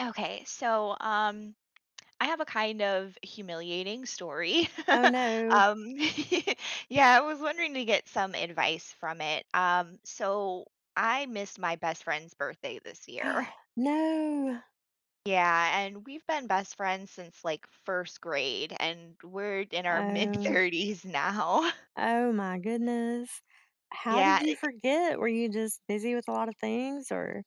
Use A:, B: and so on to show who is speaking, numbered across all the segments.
A: Okay, so um, I have a kind of humiliating story.
B: Oh, no.
A: um, yeah, I was wondering to get some advice from it. So I missed my best friend's birthday this year.
B: No.
A: Yeah, and we've been best friends since like first grade, and we're in our mid
B: Oh.
A: 30s now.
B: Oh my goodness. How did
A: Yeah,
B: you forget? Were you just busy with a lot of things or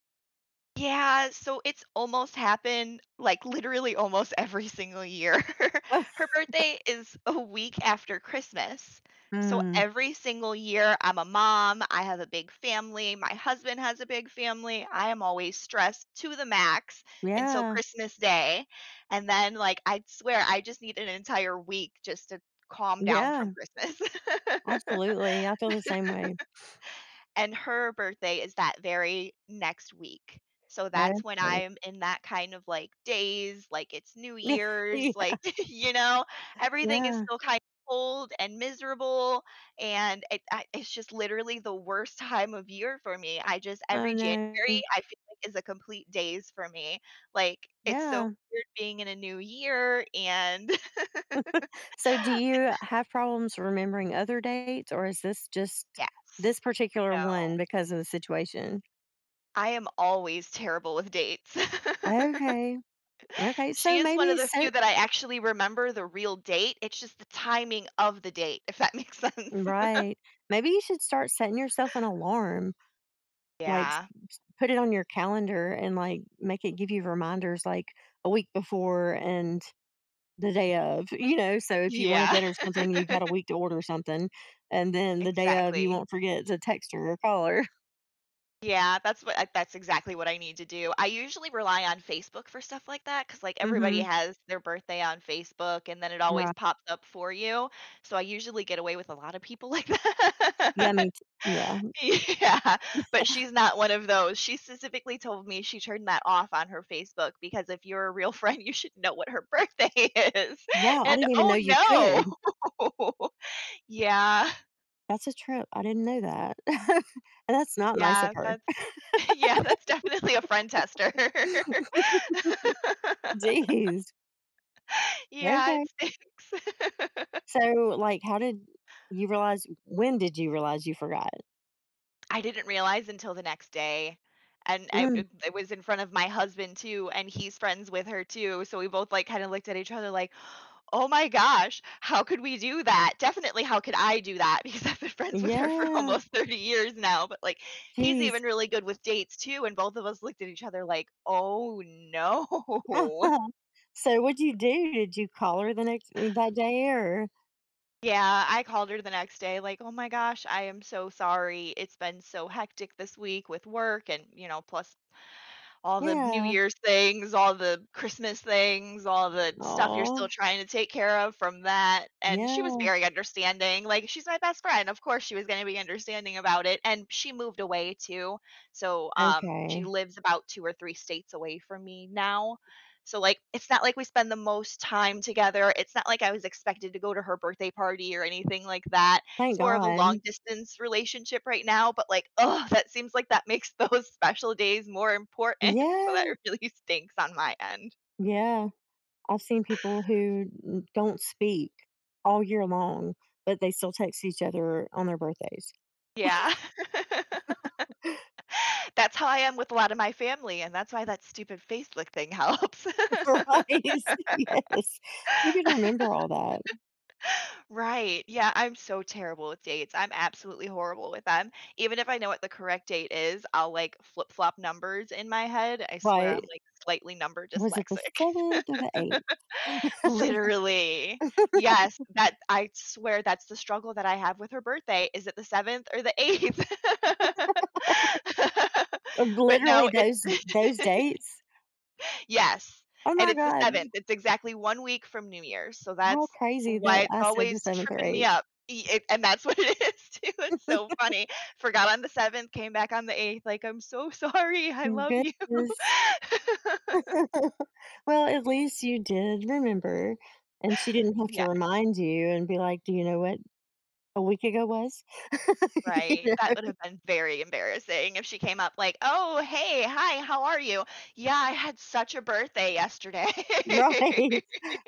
A: Yeah, so it's almost happened, like, literally almost every single year.
B: Oh.
A: Her birthday is a week after Christmas. So
B: Mm.
A: every single year, I'm a mom, I have a big family, my husband has a big family, I am always stressed to the max until
B: Yeah.
A: Christmas Day. And then, like, I swear I just need an entire week just to calm down from
B: Yeah.
A: Christmas.
B: Absolutely. I feel the same way.
A: And her birthday is that very next week. So
B: Okay.
A: that's when I'm in that kind of like daze, like it's New
B: Yeah.
A: Year's,
B: Yeah.
A: like, you know, everything is
B: Yeah.
A: still kind of cold and miserable. It's just literally the worst time of year for me.
B: Oh,
A: Every January,
B: no.
A: I feel like is a complete daze for me. Like, it's so
B: Yeah.
A: weird being in a new year. And
B: So do you have problems remembering other dates or is this just
A: yes,
B: this particular
A: no,
B: one because of the situation?
A: I am always terrible with dates.
B: Okay. Okay.
A: She
B: So
A: is one
B: maybe
A: of the few
B: set
A: that I actually remember the real date, it's just the timing of the date, if that makes sense.
B: right. Maybe you should start setting yourself an alarm, like
A: Yeah.
B: put it on your calendar and like make it give you reminders like a week before and the day of, So if you want to
A: Yeah.
B: get her something, you got a week to order something. And then the day of, you
A: Exactly.
B: won't forget to text her or call her.
A: Yeah, that's what I that's exactly what I need to do. I usually rely on Facebook for stuff like that because, like, everybody
B: hmm.
A: has their birthday on Facebook, and then it always
B: Right.
A: pops up for you, so I usually get away with a lot of people like
B: Yeah.
A: that.
B: I mean, yeah.
A: Yeah, but she's not one of those. She specifically told me she turned that off on her Facebook because if you're a real friend, you should know what her birthday is.
B: Wow. I
A: And
B: didn't even know you
A: oh
B: could.
A: no. Yeah.
B: That's a trip. I didn't know that. And that's not nice of
A: Yeah,
B: her.
A: that's yeah, that's definitely a friend tester.
B: Jeez.
A: Yeah, it
B: Okay.
A: stinks.
B: So, like, how did you realize when did you realize you forgot?
A: I didn't realize until the next day. And I
B: Mm.
A: it it was in front of my husband too, and he's friends with her too. So we both like kind of looked at each other like, "Oh my gosh, how could we do that? Definitely, how could I do that?" Because I've been friends with her for
B: Yeah,
A: almost 30 years now, but, like, he's
B: jeez.
A: even really good with dates too, and both of us looked at each other like, "Oh, no."
B: So what'd you do? Did you call her the next that day or
A: Yeah, I called her the next day like, "Oh my gosh, I am so sorry. It's been so hectic this week with work and, you know, plus all the New
B: yeah.
A: Year's things, all the Christmas things, all the stuff you're still
B: Oh,
A: trying to take care of from that," and she was
B: yeah,
A: very understanding, like, she's my best friend, of course she was gonna be understanding about it, and she moved away too, so, she
B: okay.
A: lives about 2 or 3 states away from me now, so, like, it's not like we spend the most time together, it's not like I was expected to go to her birthday party or anything like that,
B: Thank
A: it's more of a long
B: God.
A: distance relationship right now, but, like, oh, that seems like that makes those special days more important, so that
B: Yeah,
A: really stinks on my end.
B: yeah. I've seen people who n don't speak all year long, but they still text each other on their birthdays.
A: Yeah. That's how I am with a lot of my family, and that's why that stupid Facebook thing helps.
B: Right, yes. Who can remember all that?
A: Right, yeah, I'm so terrible with dates, I'm absolutely horrible with them. Even if I know what the correct date is, I'll, like, flip-flop numbers in my head. I swear I'm,
B: Right.
A: like, slightly number
B: Was it the
A: dyslexic.
B: 7th or the 8th?
A: Literally. Yes, that I swear that's the struggle that I have with her birthday. Is it the 7th or the 8th? But
B: Literally
A: no, it's
B: those dates.
A: yes,
B: Oh
A: and
B: my
A: it's the
B: god,
A: 7th. It's exactly 1 week from New Year's, so
B: how
A: that's
B: crazy
A: why
B: that
A: it's
B: I said the
A: always
B: 7th or
A: tripping me
B: 8th.
A: up. E it and that's what it is too, it's so funny. Forgot on the 7th, came back on the 8th, like, "I'm so sorry, I love you."
B: Goodness. Well, at least you did remember, and she didn't have to
A: Yeah.
B: remind you and be like, "Do you know what a week ago was?" You
A: Right, that
B: know?
A: would have been very embarrassing if she came up like, "Oh, hey, hi, how are you? Yeah, I had such a birthday yesterday."
B: Right.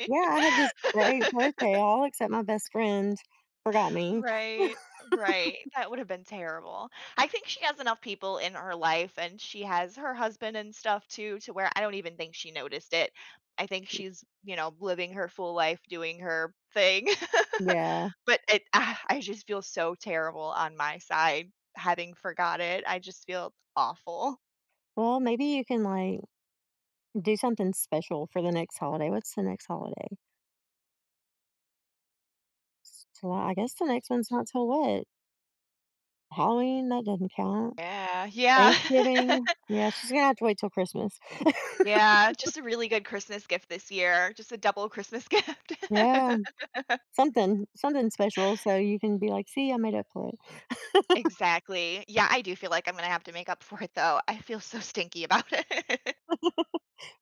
B: Yeah, I had this great birthday, all except my best friend forgot me.
A: Right, right, that would have been terrible. I think she has enough people in her life, and she has her husband and stuff too, to where I don't even think she noticed it. I think she's, living her full life, doing her thing.
B: Yeah.
A: But it ah, I just feel so terrible on my side having forgot it. I just feel awful.
B: Well, maybe you can, like, do something special for the next holiday. What's the next holiday? It's July, I guess the next one's not till what? Halloween, that doesn't count.
A: Yeah.
B: Thanksgiving, yeah, she's gonna have to wait till Christmas.
A: Yeah, just a really good Christmas gift this year, just a double Christmas gift.
B: Yeah, something special so you can be like, "See, I made up for it."
A: Exactly. Yeah, I do feel like I'm gonna have to make up for it, though. I feel so stinky about it.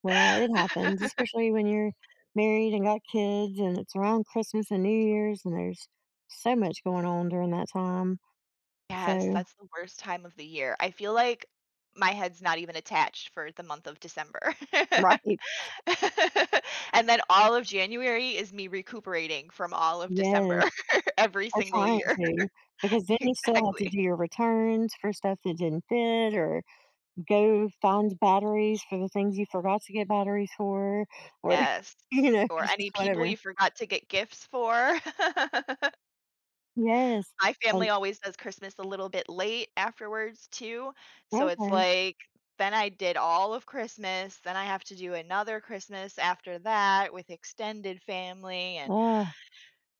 B: Well, it happens, especially when you're married and got kids and it's around Christmas and New Year's and there's so much going on during that time.
A: Yes,
B: So
A: that's the worst time of the year. I feel like my head's not even attached for the month of December.
B: right.
A: And then all of January is me recuperating from all of December
B: Yes,
A: every
B: or
A: single
B: trying
A: year.
B: to, because then you still have to
A: Exactly.
B: do your returns for stuff that didn't fit or go find batteries for the things you forgot to get batteries for or,
A: Yes. Or
B: just
A: any people
B: whatever.
A: you forgot to get gifts for.
B: Yes,
A: My family
B: and
A: always does Christmas a little bit late afterwards too, so it's
B: okay.
A: like, then I did all of Christmas, then I have to do another Christmas after that with extended family and
B: Ugh,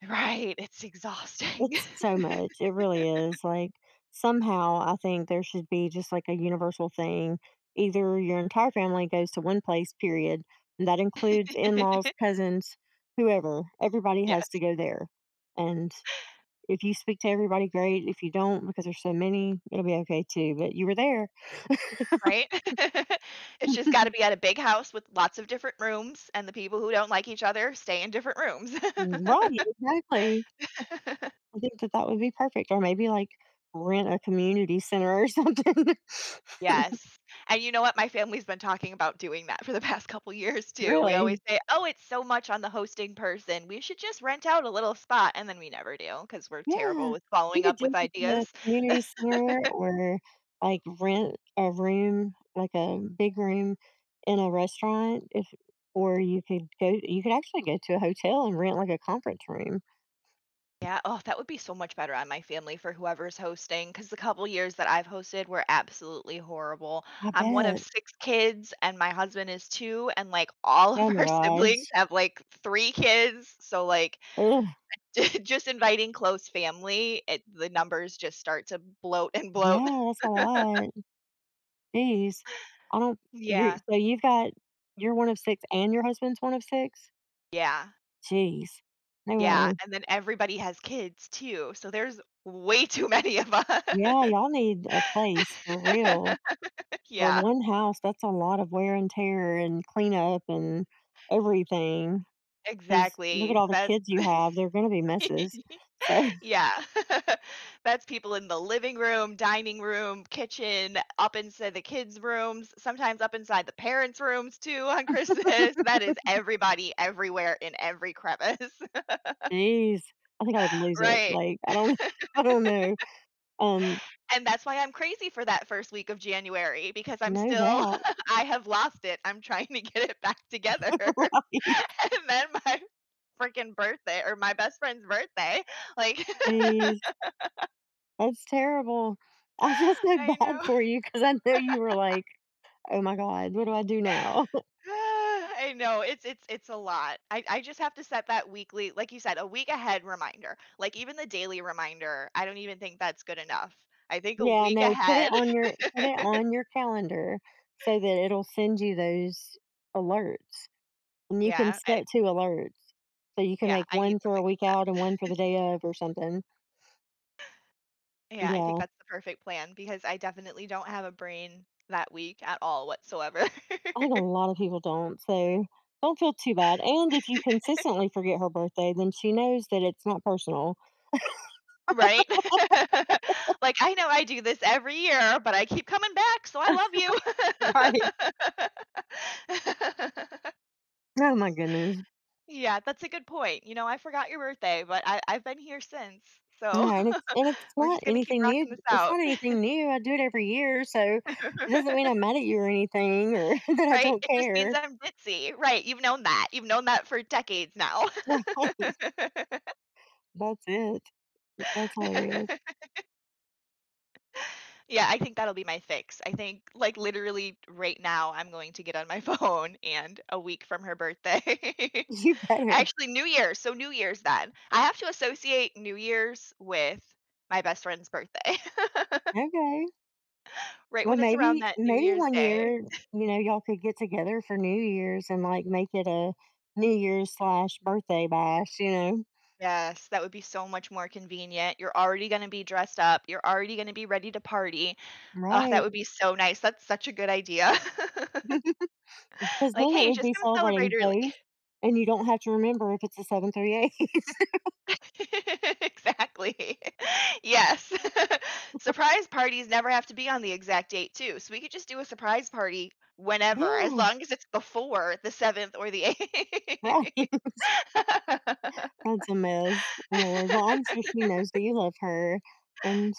A: right, it's exhausting.
B: it's so much. It really is, like, somehow I think there should be just, like, a universal thing. Either your entire family goes to one place, period, and that includes in-laws, cousins, whoever. Everybody has to
A: Yes.
B: go there, and if you speak to everybody, great. If you don't, because there's so many, it'll be okay too, but you were there.
A: Right? It's just gotta be at a big house with lots of different rooms, and the people who don't like each other stay in different rooms.
B: Right, exactly. I think that that would be perfect, or maybe, like, rent a community center or something.
A: Yes, and you know what? My family's been talking about doing that for the past couple years too. We always
B: Really,
A: say, "Oh, it's so much on the hosting person. We should just rent out a little spot," and then we never do because 'cause we're terrible
B: yeah.
A: with
B: You
A: following
B: could
A: up with
B: do it in a
A: ideas.
B: community center or, like, rent a room, like a big room in a restaurant if or you could actually go to a hotel and rent, like, a conference room.
A: Yeah, oh, that would be so much better on my family for whoever's hosting, because the couple years that I've hosted were absolutely horrible.
B: I
A: I'm one of
B: bet.
A: 6 kids, and my husband is 2, and, like, all of
B: Oh my
A: our siblings
B: gosh.
A: have, like, 3 kids, so, like,
B: Ugh,
A: ju just inviting close family, it the numbers just start to bloat and bloat.
B: yeah, that's a lot. Jeez. I don't
A: Yeah.
B: you've got you're one of 6 and your husband's one of 6?
A: Yeah.
B: Jeez. No
A: Yeah,
B: way.
A: and then everybody has kids too, so there's way too many of us.
B: Yeah, y'all need a place for real. For
A: Yeah,
B: one house, that's a lot of wear and tear and cleanup and everything. Cause look at
A: exactly.
B: all the
A: That's
B: kids you have, they're gonna be messes. So
A: Yeah. That's people in the living room, dining room, kitchen, up inside the kids' rooms, sometimes up inside the parents' rooms too on Christmas. That is everybody everywhere in every crevice.
B: jeez, I think I would lose it,
A: Right.
B: like, I don't I don't know. Um,
A: And that's why I'm crazy for that first week of January because I'm
B: no
A: still
B: doubt.
A: I have lost it. I'm trying to get it back together.
B: Right.
A: And then my freaking birthday or my best friend's birthday, like
B: Jeez. That's terrible. I feel so
A: I know.
B: bad for you because I know you were like, "Oh my god, what do I do now?"
A: I know it's a lot. I just have to set that weekly, like you said, a week ahead reminder. Like even the daily reminder, I don't even think that's good enough. I think a
B: Yeah,
A: week
B: no,
A: ahead.
B: put it on your calendar so that it'll send you those alerts, and you can
A: Yeah, I
B: set 2 alerts, so you can
A: yeah,
B: make
A: I need
B: 1 for a
A: something
B: week
A: like that.
B: out and 1 for the day of or something.
A: Yeah, I think
B: Yeah,
A: that's the perfect plan because I definitely don't have a brain that week at all whatsoever.
B: I think a lot of people don't, so don't feel too bad, and if you consistently forget her birthday, then she knows that it's not personal.
A: Right? Like I know I do this every year, but I keep coming back, so I
B: Right.
A: love you.
B: Oh my goodness.
A: Yeah, that's a good point. You know, I forgot your birthday, but I've been here since. So,
B: Yeah, and it's and it's
A: we're
B: not
A: just gonna keep
B: anything
A: rocking
B: new.
A: this
B: It's
A: out,
B: not anything new. I do it every year, so it doesn't mean I'm mad at you or anything, or that I
A: right?
B: don't
A: It just means
B: care.
A: I'm ditzy, right? You've known that. You've known that for decades now.
B: Right? That's it. That's hilarious.
A: Yeah, I think that'll be my fix. I think, like, literally right now, I'm going to get on my phone and a week from her birthday.
B: You better.
A: Actually, New Year's. So, New Year's then. I have to associate New Year's with my best friend's birthday,
B: Okay.
A: right
B: Well,
A: when it's around
B: maybe
A: that New
B: maybe
A: Year's
B: one
A: Day.
B: year, you know, y'all could get together for New Year's and like make it a New Year's slash birthday bash. You know,
A: Yes, that would be so much more convenient. You're already gonna be dressed up. You're already gonna be ready to party. Oh, that
B: right?
A: would be so nice. That's such a good idea.
B: Because
A: Like,
B: then it
A: "Hey,
B: would
A: just
B: be
A: come celebrate
B: celebrating
A: early."
B: both, and you don't have to remember if it's a seventh or the eighth.
A: Exactly. Yes. Surprise parties never have to be on the exact date too, so we could just do a surprise party whenever, as
B: Yeah.
A: long as it's before the 7th or the
B: Right.
A: 8th.
B: That's a mess, Lord. Well, I'm sure she knows that you love her and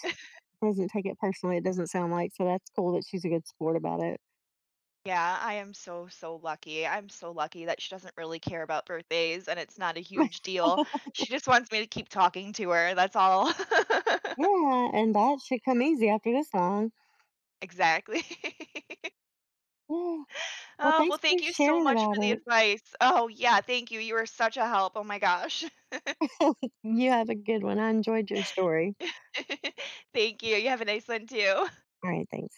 B: doesn't take it personally, it doesn't sound like, so that's cool that she's a good sport about it.
A: Yeah, I am so, so lucky. I'm so lucky that she doesn't really care about birthdays and it's not a huge deal. She just wants me to keep talking to her. That's all.
B: Yeah, and that should come easy after this long.
A: Exactly.
B: Yeah. Well,
A: Oh, well,
B: thanks for
A: thank you so
B: sharing
A: much
B: about
A: for the
B: it.
A: advice. Oh, yeah, thank you. You were such a help. Oh my gosh.
B: You have a good one. I enjoyed your story.
A: Thank you. You have a nice one too.
B: All right, thanks.